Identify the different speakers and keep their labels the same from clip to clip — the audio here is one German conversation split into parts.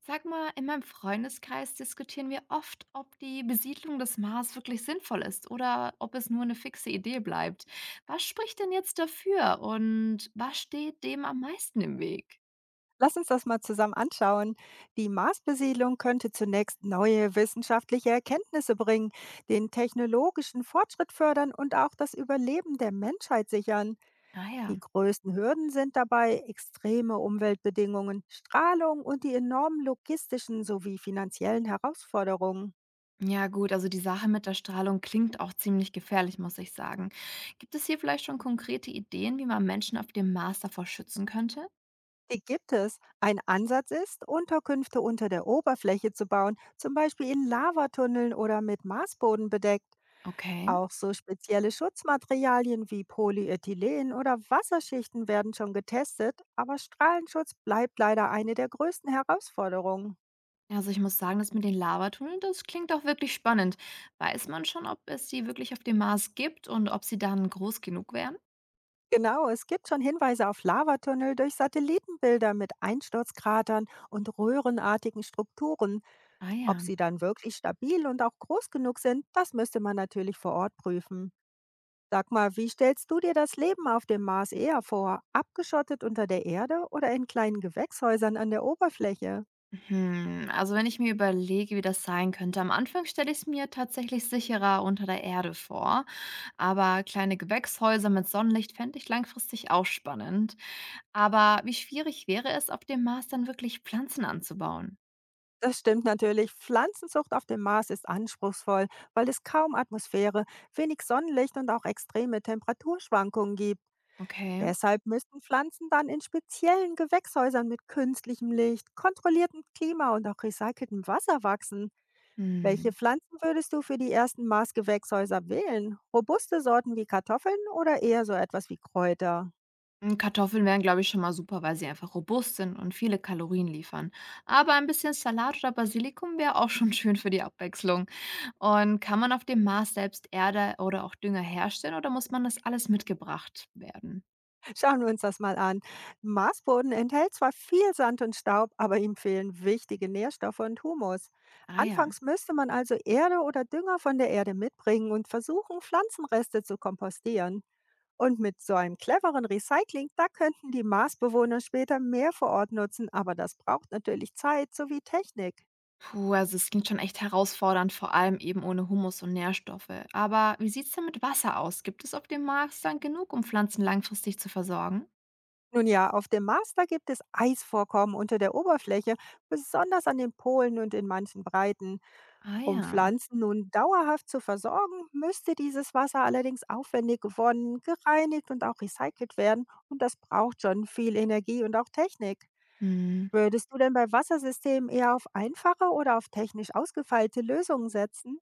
Speaker 1: Sag mal, in meinem Freundeskreis diskutieren wir oft, ob die Besiedlung des Mars wirklich sinnvoll ist oder ob es nur eine fixe Idee bleibt. Was spricht denn jetzt dafür und was steht dem am meisten im Weg?
Speaker 2: Lass uns das mal zusammen anschauen. Die Marsbesiedlung könnte zunächst neue wissenschaftliche Erkenntnisse bringen, den technologischen Fortschritt fördern und auch das Überleben der Menschheit sichern.
Speaker 1: Ah
Speaker 2: Die
Speaker 1: ja.
Speaker 2: größten Hürden sind dabei extreme Umweltbedingungen, Strahlung und die enormen logistischen sowie finanziellen Herausforderungen.
Speaker 1: Ja gut, also die Sache mit der Strahlung klingt auch ziemlich gefährlich, muss ich sagen. Gibt es hier vielleicht schon konkrete Ideen, wie man Menschen auf dem Mars davor schützen könnte?
Speaker 2: Die gibt es. Ein Ansatz ist, Unterkünfte unter der Oberfläche zu bauen, zum Beispiel in Lavatunneln oder mit Marsboden bedeckt.
Speaker 1: Okay.
Speaker 2: Auch so spezielle Schutzmaterialien wie Polyethylen oder Wasserschichten werden schon getestet, aber Strahlenschutz bleibt leider eine der größten Herausforderungen.
Speaker 1: Also ich muss sagen, das mit den Lavatunneln, das klingt auch wirklich spannend. Weiß man schon, ob es die wirklich auf dem Mars gibt und ob sie dann groß genug wären?
Speaker 2: Genau, es gibt schon Hinweise auf Lavatunnel durch Satellitenbilder mit Einsturzkratern und röhrenartigen Strukturen.
Speaker 1: Ah
Speaker 2: Ob
Speaker 1: ja.
Speaker 2: sie dann wirklich stabil und auch groß genug sind, das müsste man natürlich vor Ort prüfen. Sag mal, wie stellst du dir das Leben auf dem Mars eher vor? Abgeschottet unter der Erde oder in kleinen Gewächshäusern an der Oberfläche?
Speaker 1: Hm, also wenn ich mir überlege, wie das sein könnte, am Anfang stelle ich es mir tatsächlich sicherer unter der Erde vor. Aber kleine Gewächshäuser mit Sonnenlicht fände ich langfristig auch spannend. Aber wie schwierig wäre es, auf dem Mars dann wirklich Pflanzen anzubauen?
Speaker 2: Das stimmt natürlich. Pflanzenzucht auf dem Mars ist anspruchsvoll, weil es kaum Atmosphäre, wenig Sonnenlicht und auch extreme Temperaturschwankungen gibt.
Speaker 1: Okay.
Speaker 2: Deshalb müssen Pflanzen dann in speziellen Gewächshäusern mit künstlichem Licht, kontrolliertem Klima und auch recyceltem Wasser wachsen. Welche
Speaker 1: Hm.
Speaker 2: Pflanzen würdest du für die ersten Mars-Gewächshäuser wählen? Robuste Sorten wie Kartoffeln oder eher so etwas wie Kräuter?
Speaker 1: Hm, Kartoffeln wären, glaube ich, schon mal super, weil sie einfach robust sind und viele Kalorien liefern. Aber ein bisschen Salat oder Basilikum wäre auch schon schön für die Abwechslung. Und kann man auf dem Mars selbst Erde oder auch Dünger herstellen oder muss man das alles mitgebracht werden?
Speaker 2: Schauen wir uns das mal an. Marsboden enthält zwar viel Sand und Staub, aber ihm fehlen wichtige Nährstoffe und Humus.
Speaker 1: Ah ja.
Speaker 2: Anfangs müsste man also Erde oder Dünger von der Erde mitbringen und versuchen, Pflanzenreste zu kompostieren. Und mit so einem cleveren Recycling, da könnten die Marsbewohner später mehr vor Ort nutzen, aber das braucht natürlich Zeit sowie Technik.
Speaker 1: Puh, also es klingt schon echt herausfordernd, vor allem eben ohne Humus und Nährstoffe. Aber wie sieht es denn mit Wasser aus? Gibt es auf dem Mars dann genug, um Pflanzen langfristig zu versorgen?
Speaker 2: Nun ja, auf dem Mars, da gibt es Eisvorkommen unter der Oberfläche, besonders an den Polen und in manchen Breiten.
Speaker 1: Ah
Speaker 2: Um
Speaker 1: ja.
Speaker 2: Pflanzen nun dauerhaft zu versorgen, müsste dieses Wasser allerdings aufwendig gewonnen, gereinigt und auch recycelt werden und das braucht schon viel Energie und auch Technik.
Speaker 1: Hm.
Speaker 2: Würdest du denn bei Wassersystemen eher auf einfache oder auf technisch ausgefeilte Lösungen setzen?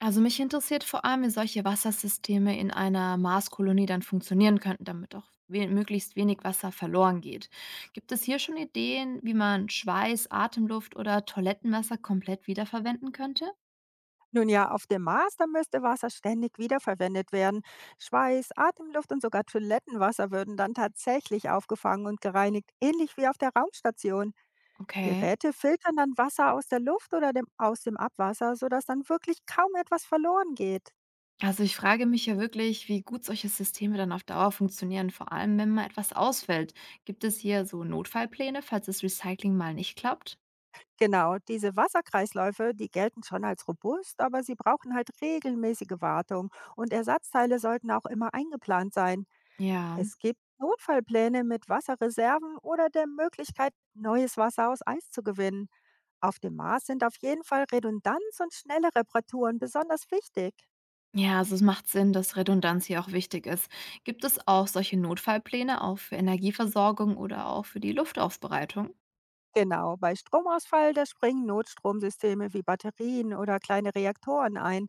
Speaker 1: Also mich interessiert vor allem, wie solche Wassersysteme in einer Marskolonie dann funktionieren könnten, damit auch we möglichst wenig Wasser verloren geht. Gibt es hier schon Ideen, wie man Schweiß, Atemluft oder Toilettenwasser komplett wiederverwenden könnte?
Speaker 2: Nun ja, auf dem Mars, da müsste Wasser ständig wiederverwendet werden. Schweiß, Atemluft und sogar Toilettenwasser würden dann tatsächlich aufgefangen und gereinigt, ähnlich wie auf der Raumstation.
Speaker 1: Okay.
Speaker 2: Geräte filtern dann Wasser aus der Luft oder aus dem Abwasser, sodass dann wirklich kaum etwas verloren geht.
Speaker 1: Also ich frage mich ja wirklich, wie gut solche Systeme dann auf Dauer funktionieren, vor allem wenn mal etwas ausfällt. Gibt es hier so Notfallpläne, falls das Recycling mal nicht klappt?
Speaker 2: Genau, diese Wasserkreisläufe, die gelten schon als robust, aber sie brauchen halt regelmäßige Wartung und Ersatzteile sollten auch immer eingeplant sein.
Speaker 1: Ja.
Speaker 2: Es gibt Notfallpläne mit Wasserreserven oder der Möglichkeit, neues Wasser aus Eis zu gewinnen. Auf dem Mars sind auf jeden Fall Redundanz und schnelle Reparaturen besonders wichtig.
Speaker 1: Ja, also es macht Sinn, dass Redundanz hier auch wichtig ist. Gibt es auch solche Notfallpläne auch für Energieversorgung oder auch für die Luftaufbereitung?
Speaker 2: Genau, bei Stromausfall, da springen Notstromsysteme wie Batterien oder kleine Reaktoren ein.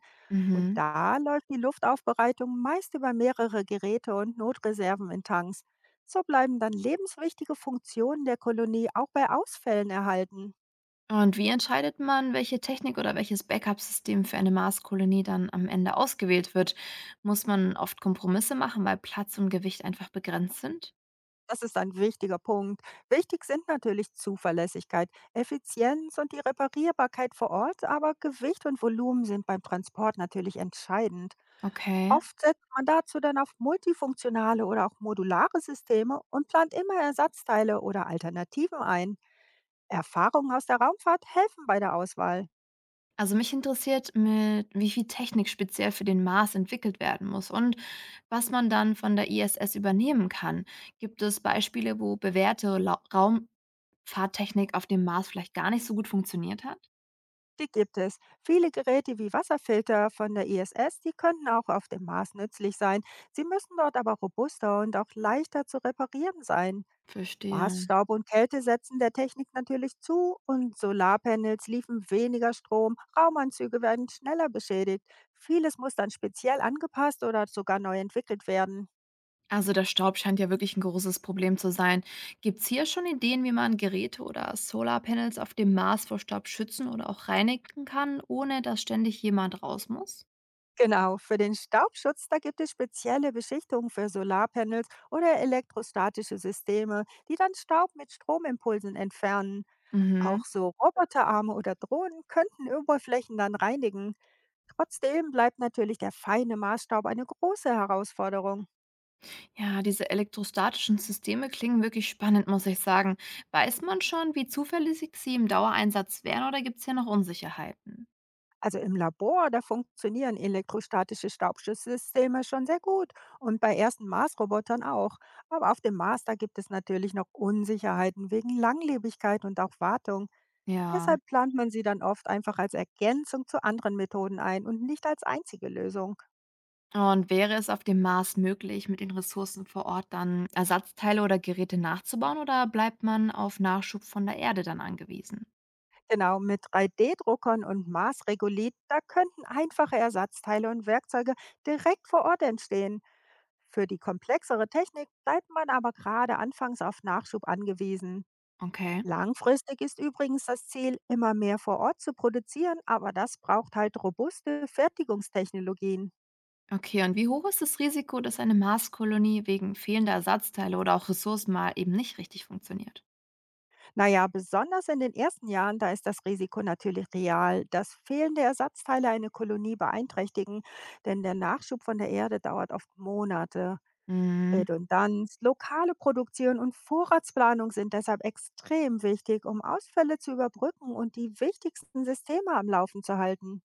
Speaker 2: Und
Speaker 1: Mhm.
Speaker 2: da läuft die Luftaufbereitung meist über mehrere Geräte und Notreserven in Tanks. So bleiben dann lebenswichtige Funktionen der Kolonie auch bei Ausfällen erhalten.
Speaker 1: Und wie entscheidet man, welche Technik oder welches Backup-System für eine Marskolonie dann am Ende ausgewählt wird? Muss man oft Kompromisse machen, weil Platz und Gewicht einfach begrenzt sind?
Speaker 2: Das ist ein wichtiger Punkt. Wichtig sind natürlich Zuverlässigkeit, Effizienz und die Reparierbarkeit vor Ort, aber Gewicht und Volumen sind beim Transport natürlich entscheidend.
Speaker 1: Okay.
Speaker 2: Oft setzt man dazu dann auf multifunktionale oder auch modulare Systeme und plant immer Ersatzteile oder Alternativen ein. Erfahrungen aus der Raumfahrt helfen bei der Auswahl.
Speaker 1: Also mich interessiert, mit wie viel Technik speziell für den Mars entwickelt werden muss und was man dann von der ISS übernehmen kann. Gibt es Beispiele, wo bewährte Lau Raumfahrttechnik auf dem Mars vielleicht gar nicht so gut funktioniert hat?
Speaker 2: Die gibt es. Viele Geräte wie Wasserfilter von der ISS, die könnten auch auf dem Mars nützlich sein. Sie müssen dort aber robuster und auch leichter zu reparieren sein.
Speaker 1: Verstehe.
Speaker 2: Marsstaub und Kälte setzen der Technik natürlich zu und Solarpanels liefen weniger Strom, Raumanzüge werden schneller beschädigt. Vieles muss dann speziell angepasst oder sogar neu entwickelt werden.
Speaker 1: Also der Staub scheint ja wirklich ein großes Problem zu sein. Gibt es hier schon Ideen, wie man Geräte oder Solarpanels auf dem Mars vor Staub schützen oder auch reinigen kann, ohne dass ständig jemand raus muss?
Speaker 2: Genau, für den Staubschutz, da gibt es spezielle Beschichtungen für Solarpanels oder elektrostatische Systeme, die dann Staub mit Stromimpulsen entfernen.
Speaker 1: Mhm.
Speaker 2: Auch so Roboterarme oder Drohnen könnten Oberflächen dann reinigen. Trotzdem bleibt natürlich der feine Maßstaub eine große Herausforderung.
Speaker 1: Ja, diese elektrostatischen Systeme klingen wirklich spannend, muss ich sagen. Weiß man schon, wie zuverlässig sie im Dauereinsatz wären oder gibt es hier noch Unsicherheiten?
Speaker 2: Also im Labor, da funktionieren elektrostatische Staubschutzsysteme schon sehr gut und bei ersten Maßrobotern auch. Aber auf dem Mars, da gibt es natürlich noch Unsicherheiten wegen Langlebigkeit und auch Wartung.
Speaker 1: Ja.
Speaker 2: Deshalb plant man sie dann oft einfach als Ergänzung zu anderen Methoden ein und nicht als einzige Lösung.
Speaker 1: Und wäre es auf dem Mars möglich, mit den Ressourcen vor Ort dann Ersatzteile oder Geräte nachzubauen oder bleibt man auf Nachschub von der Erde dann angewiesen?
Speaker 2: Genau, mit 3D-Druckern und Maßregulit, da könnten einfache Ersatzteile und Werkzeuge direkt vor Ort entstehen. Für die komplexere Technik bleibt man aber gerade anfangs auf Nachschub angewiesen.
Speaker 1: Okay.
Speaker 2: Langfristig ist übrigens das Ziel, immer mehr vor Ort zu produzieren, aber das braucht halt robuste Fertigungstechnologien.
Speaker 1: Okay, und wie hoch ist das Risiko, dass eine Marskolonie wegen fehlender Ersatzteile oder auch Ressourcen mal eben nicht richtig funktioniert?
Speaker 2: Naja, besonders in den ersten Jahren, da ist das Risiko natürlich real, dass fehlende Ersatzteile eine Kolonie beeinträchtigen, denn der Nachschub von der Erde dauert oft Monate.
Speaker 1: Mhm.
Speaker 2: Redundanz, lokale Produktion und Vorratsplanung sind deshalb extrem wichtig, um Ausfälle zu überbrücken und die wichtigsten Systeme am Laufen zu halten.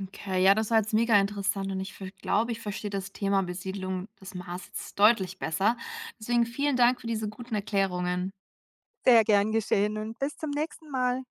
Speaker 1: Okay, ja, das war jetzt mega interessant und ich glaube, ich verstehe das Thema Besiedlung des Mars jetzt deutlich besser. Deswegen vielen Dank für diese guten Erklärungen.
Speaker 2: Sehr gern geschehen und bis zum nächsten Mal.